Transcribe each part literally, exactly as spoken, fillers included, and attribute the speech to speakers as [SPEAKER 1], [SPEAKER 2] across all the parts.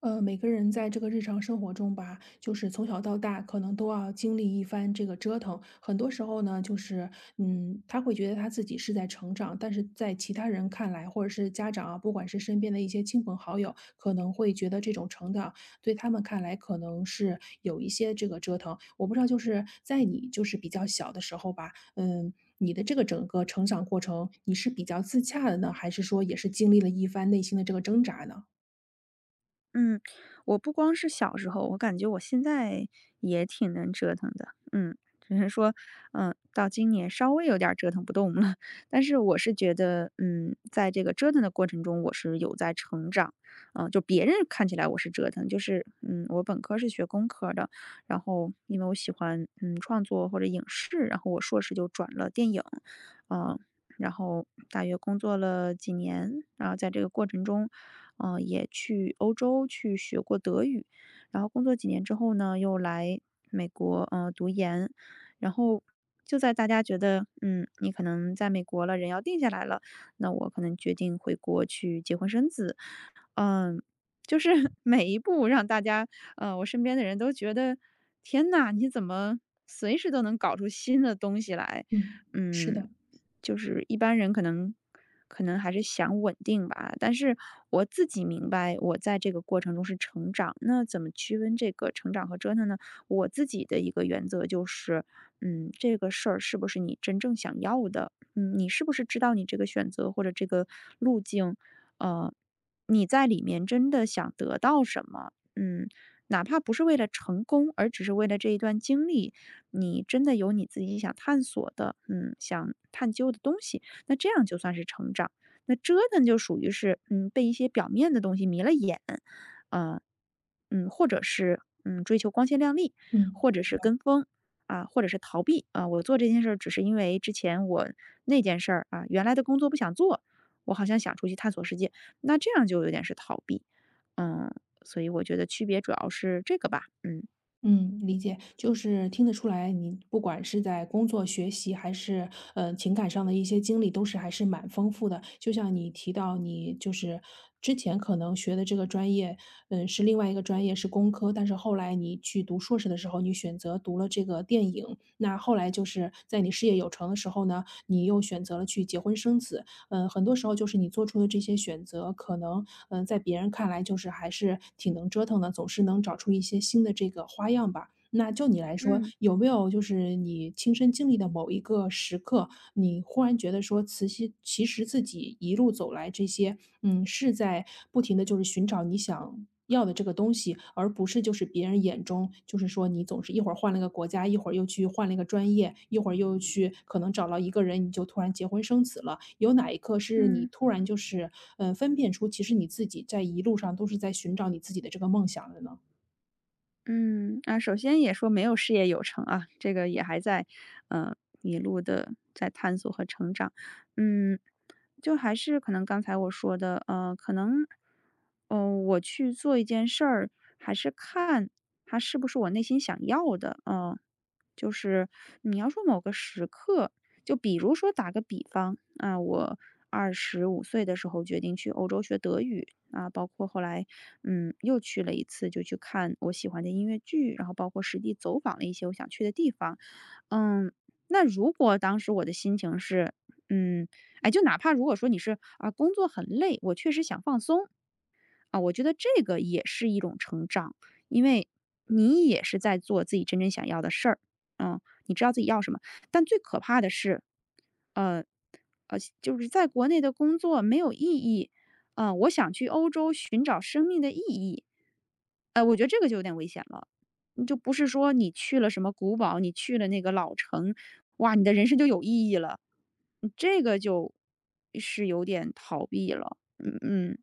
[SPEAKER 1] 呃，每个人在这个日常生活中吧，就是从小到大，可能都要经历一番这个折腾。很多时候呢，就是，嗯，他会觉得他自己是在成长，但是在其他人看来，或者是家长啊，不管是身边的一些亲朋好友，可能会觉得这种成长对他们看来可能是有一些这个折腾。我不知道，就是在你就是比较小的时候吧，嗯，你的这个整个成长过程，你是比较自洽的呢，还是说也是经历了一番内心的这个挣扎呢？
[SPEAKER 2] 嗯，我不光是小时候，我感觉我现在也挺能折腾的，嗯，只是说，嗯，到今年稍微有点儿折腾不动了，但是我是觉得，嗯，在这个折腾的过程中，我是有在成长，嗯，就别人看起来我是折腾，就是，嗯，我本科是学工科的，然后因为我喜欢，嗯，创作或者影视，然后我硕士就转了电影，嗯，然后大约工作了几年，然后在这个过程中。嗯，也去欧洲去学过德语，然后工作几年之后呢，又来美国，呃，读研。然后就在大家觉得，嗯，你可能在美国了，人要定下来了，那我可能决定回国去结婚生子。嗯，就是 每一步让大家，呃，我身边的人都觉得，天呐，你怎么随时都能搞出新的东西来？
[SPEAKER 1] 嗯，是
[SPEAKER 2] 嗯，
[SPEAKER 1] 的。
[SPEAKER 2] 就是一般人可能可能还是想稳定吧，但是我自己明白，我在这个过程中是成长。那怎么区分这个成长和折腾呢？我自己的一个原则就是，嗯，这个事儿是不是你真正想要的？嗯，你是不是知道你这个选择或者这个路径，呃，你在里面真的想得到什么？嗯，哪怕不是为了成功，而只是为了这一段经历，你真的有你自己想探索的，嗯，想探究的东西，那这样就算是成长。那折腾就属于是，嗯，被一些表面的东西迷了眼，呃，嗯，或者是嗯追求光鲜亮丽，
[SPEAKER 1] 嗯
[SPEAKER 2] 或者是跟风啊，或者是逃避啊。我做这件事儿只是因为之前我那件事儿啊，原来的工作不想做，我好像想出去探索世界，那这样就有点是逃避，嗯，所以我觉得区别主要是这个吧，嗯。
[SPEAKER 1] 嗯，理解，就是听得出来，你不管是在工作、学习，还是呃情感上的一些经历，都是还是蛮丰富的。就像你提到，你就是之前可能学的这个专业，嗯，是另外一个专业是工科，但是后来你去读硕士的时候，你选择读了这个电影，那后来就是在你事业有成的时候呢，你又选择了去结婚生子，嗯，很多时候就是你做出的这些选择，可能，嗯，在别人看来就是还是挺能折腾的，总是能找出一些新的这个花样吧。那就你来说，
[SPEAKER 2] 嗯
[SPEAKER 1] 有没有就是你亲身经历的某一个时刻，你忽然觉得说，慈禧其实自己一路走来这些，嗯，是在不停的就是寻找你想要的这个东西，而不是就是别人眼中，就是说你总是一会儿换了个国家，一会儿又去换了一个专业，一会儿又去可能找到一个人，你就突然结婚生子了。有哪一刻是你
[SPEAKER 2] 嗯。
[SPEAKER 1] 突然就是，嗯呃分辨出其实你自己在一路上都是在寻找你自己的这个梦想的呢？
[SPEAKER 2] 嗯，啊，首先也说没有事业有成啊，这个也还在，嗯，一路的在探索和成长。嗯，就还是可能刚才我说的，呃，可能，呃，我去做一件事儿，还是看它是不是我内心想要的，嗯，就是你要说某个时刻，就比如说打个比方，啊，我二十五岁的时候决定去欧洲学德语，啊，包括后来嗯，又去了一次，就去看我喜欢的音乐剧，然后包括实地走访了一些我想去的地方。嗯，那如果当时我的心情是，嗯，哎，就哪怕如果说你是啊工作很累，我确实想放松，啊，我觉得这个也是一种成长，因为你也是在做自己真正想要的事儿，嗯，你知道自己要什么。但最可怕的是，呃，呃，就是在国内的工作没有意义，啊、我想去欧洲寻找生命的意义，呃，我觉得这个就有点危险了。你就不是说你去了什么古堡，你去了那个老城，哇，你的人生就有意义了，嗯这个就是有点逃避了，嗯嗯。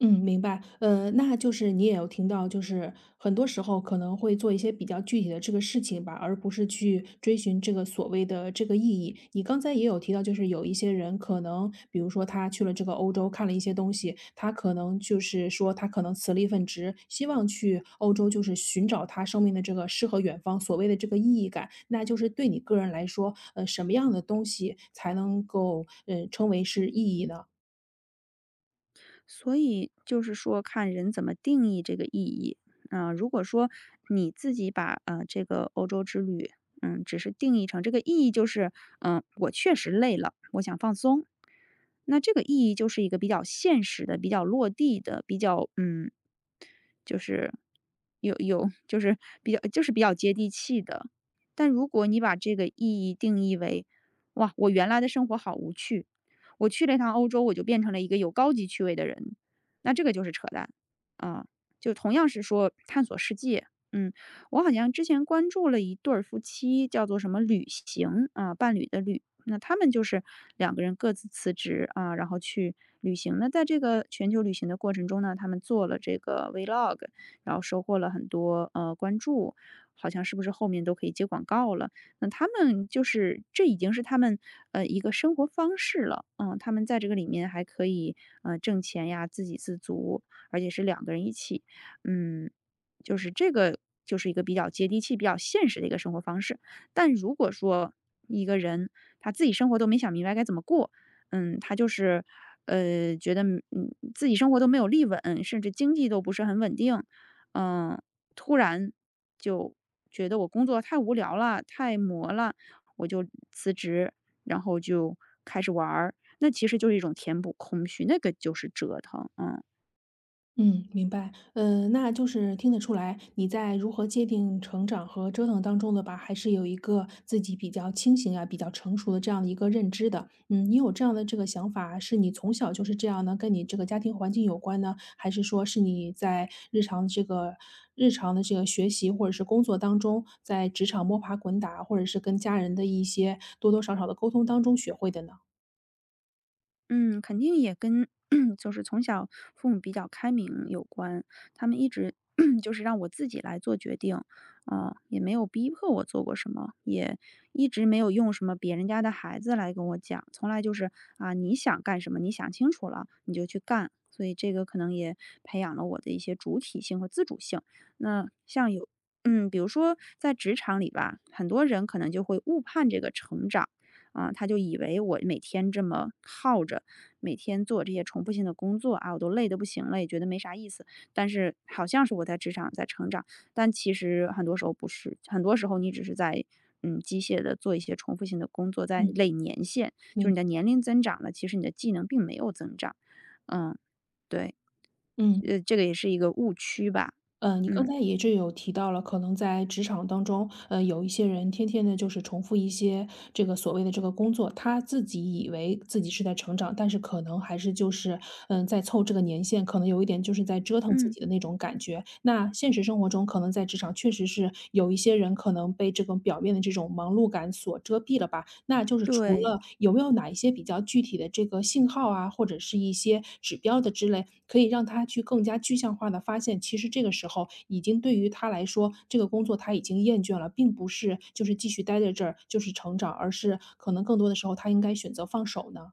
[SPEAKER 1] 嗯，明白。呃，那就是你也有听到，就是很多时候可能会做一些比较具体的这个事情吧，而不是去追寻这个所谓的这个意义。你刚才也有提到，就是有一些人可能，比如说他去了这个欧洲看了一些东西，他可能就是说他可能辞了一份职，希望去欧洲就是寻找他生命的这个诗和远方所谓的这个意义感。那就是对你个人来说，呃，什么样的东西才能够呃称为是意义呢？
[SPEAKER 2] 所以就是说看人怎么定义这个意义。啊、如果说你自己把呃这个欧洲之旅，嗯，只是定义成这个意义就是，嗯、我确实累了，我想放松。那这个意义就是一个比较现实的、比较落地的、比较嗯就是有有就是比较就是比较接地气的。但如果你把这个意义定义为，哇，我原来的生活好无趣，我去了一趟欧洲，我就变成了一个有高级趣味的人，那这个就是扯淡啊！就同样是说探索世界，嗯，我好像之前关注了一对儿夫妻，叫做什么旅行啊，伴侣的旅，那他们就是两个人各自辞职啊，然后去旅行。那在这个全球旅行的过程中呢，他们做了这个 vlog，然后收获了很多呃关注，好像是不是后面都可以接广告了？那他们就是这已经是他们呃一个生活方式了，嗯，他们在这个里面还可以呃挣钱呀，自给自足，而且是两个人一起，嗯，就是这个就是一个比较接地气、比较现实的一个生活方式。但如果说一个人他自己生活都没想明白该怎么过，嗯，他就是，呃，觉得嗯自己生活都没有立稳，甚至经济都不是很稳定，嗯、突然就觉得我工作太无聊了，太磨了，我就辞职，然后就开始玩儿，那其实就是一种填补空虚，那个就是折腾，嗯。
[SPEAKER 1] 嗯，明白。呃，那就是听得出来，你在如何界定成长和折腾当中的吧，还是有一个自己比较清醒啊、比较成熟的这样的一个认知的。嗯，你有这样的这个想法，是你从小就是这样呢？跟你这个家庭环境有关呢，还是说是你在日常这个日常的这个学习或者是工作当中，在职场摸爬滚打，或者是跟家人的一些多多少少的沟通当中学会的呢？
[SPEAKER 2] 嗯，肯定也跟 就是从小父母比较开明有关，他们一直 就是让我自己来做决定，啊、也没有逼迫我做过什么，也一直没有用什么别人家的孩子来跟我讲，从来就是啊、你想干什么，你想清楚了你就去干，所以这个可能也培养了我的一些主体性和自主性。那像有。嗯，比如说在职场里吧，很多人可能就会误判这个成长，啊，他就以为我每天这么耗着，每天做这些重复性的工作啊，我都累得不行了，也觉得没啥意思。但是好像是我在职场在成长，但其实很多时候不是，很多时候你只是在嗯机械的做一些重复性的工作，在
[SPEAKER 1] 嗯，
[SPEAKER 2] 累年限，就是
[SPEAKER 1] 明，
[SPEAKER 2] 你的年龄增长了，其实你的技能并没有增长。嗯，对，
[SPEAKER 1] 嗯。
[SPEAKER 2] 呃，这个也是一个误区吧。
[SPEAKER 1] 嗯，你刚
[SPEAKER 2] 嗯
[SPEAKER 1] 才也是有提到了，可能在职场当中，呃，有一些人天天的就是重复一些这个所谓的这个工作，他自己以为自己是在成长，但是可能还是就是，嗯，呃在凑这个年限，可能有一点就是在折腾自
[SPEAKER 2] 嗯，
[SPEAKER 1] 己的那种感觉。那现实生活中，可能在职场确实是有一些人可能被这种表面的这种忙碌感所遮蔽了吧，那就是除
[SPEAKER 2] 对。
[SPEAKER 1] 了有没有哪一些比较具体的这个信号啊，或者是一些指标的之类，可以让他去更加具象化的发现，其实这个时候已经对于他来说，这个工作他已经厌倦了，并不是就是继续待在这儿就是成长，而是可能更多的时候他应该选择放手呢？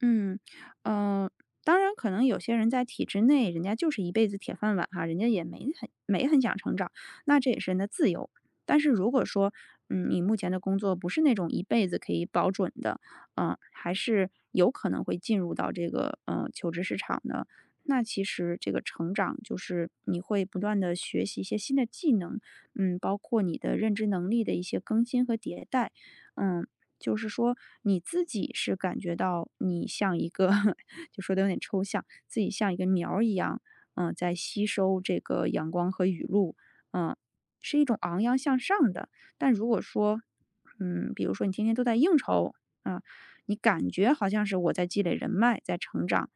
[SPEAKER 2] 嗯，呃，当然，可能有些人在体制内，人家就是一辈子铁饭碗哈，人家也没很没很想成长，那这也是人的自由。但是如果说，嗯，你目前的工作不是那种一辈子可以保准的，嗯、还是有可能会进入到这个呃求职市场的。那其实这个成长就是你会不断的学习一些新的技能，嗯，包括你的认知能力的一些更新和迭代，嗯，就是说你自己是感觉到你像一个 就说的有点抽象，自己像一个苗儿一样，嗯、在吸收这个阳光和雨露，嗯、是一种昂扬向上的。但如果说，嗯，比如说你天天都在应酬啊、你感觉好像是我在积累人脉，在成长，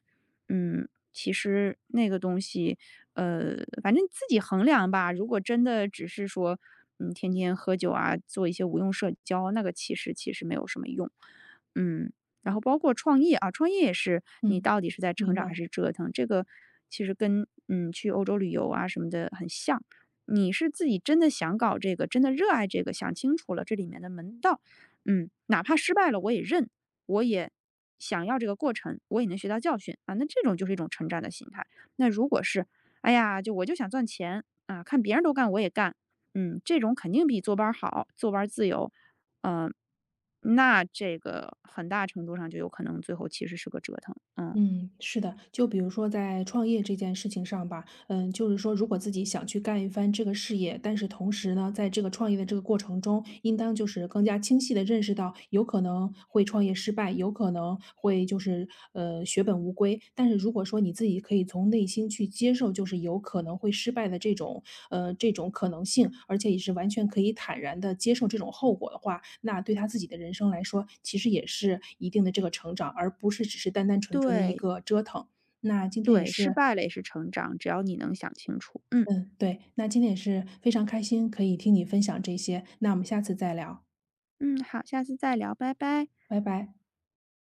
[SPEAKER 2] 嗯，其实那个东西，呃，反正自己衡量吧。如果真的只是说，嗯，天天喝酒啊，做一些无用社交，那个其实其实没有什么用。嗯，然后包括创业啊，创业也是你
[SPEAKER 1] 嗯，
[SPEAKER 2] 到底是在成
[SPEAKER 1] 明
[SPEAKER 2] 长还
[SPEAKER 1] 白。
[SPEAKER 2] 是折腾，这个其实跟嗯去欧洲旅游啊什么的很像。你是自己真的想搞这个，真的热爱这个，想清楚了这里面的门道，嗯，哪怕失败了我也认，我也想要这个过程，我也能学到教训啊，那这种就是一种成长的心态。那如果是，哎呀，就我就想赚钱啊，看别人都干我也干，嗯，这种肯定比坐班儿好，坐班儿自由，嗯、那这个很大程度上就有可能最后其实是个折腾，嗯，
[SPEAKER 1] 嗯，是的，就比如说在创业这件事情上吧，嗯，就是说，如果自己想去干一番这个事业，但是同时呢，在这个创业的这个过程中，应当就是更加清晰的认识到，有可能会创业失败，有可能会就是呃血本无归。但是如果说你自己可以从内心去接受，就是有可能会失败的这种呃这种可能性，而且也是完全可以坦然的接受这种后果的话，那对他自己的人生来说，其实也是一定的这个成长，而不是只是单单纯纯的一
[SPEAKER 2] 对
[SPEAKER 1] 个折腾。那今天也
[SPEAKER 2] 对，失
[SPEAKER 1] 是
[SPEAKER 2] 败了也是成长，只要你能想清楚，嗯
[SPEAKER 1] 嗯，对，那今天也是非常开心可以听你分享这些，那我们下次再聊，
[SPEAKER 2] 嗯，好，下次再聊，拜拜。
[SPEAKER 1] 拜拜。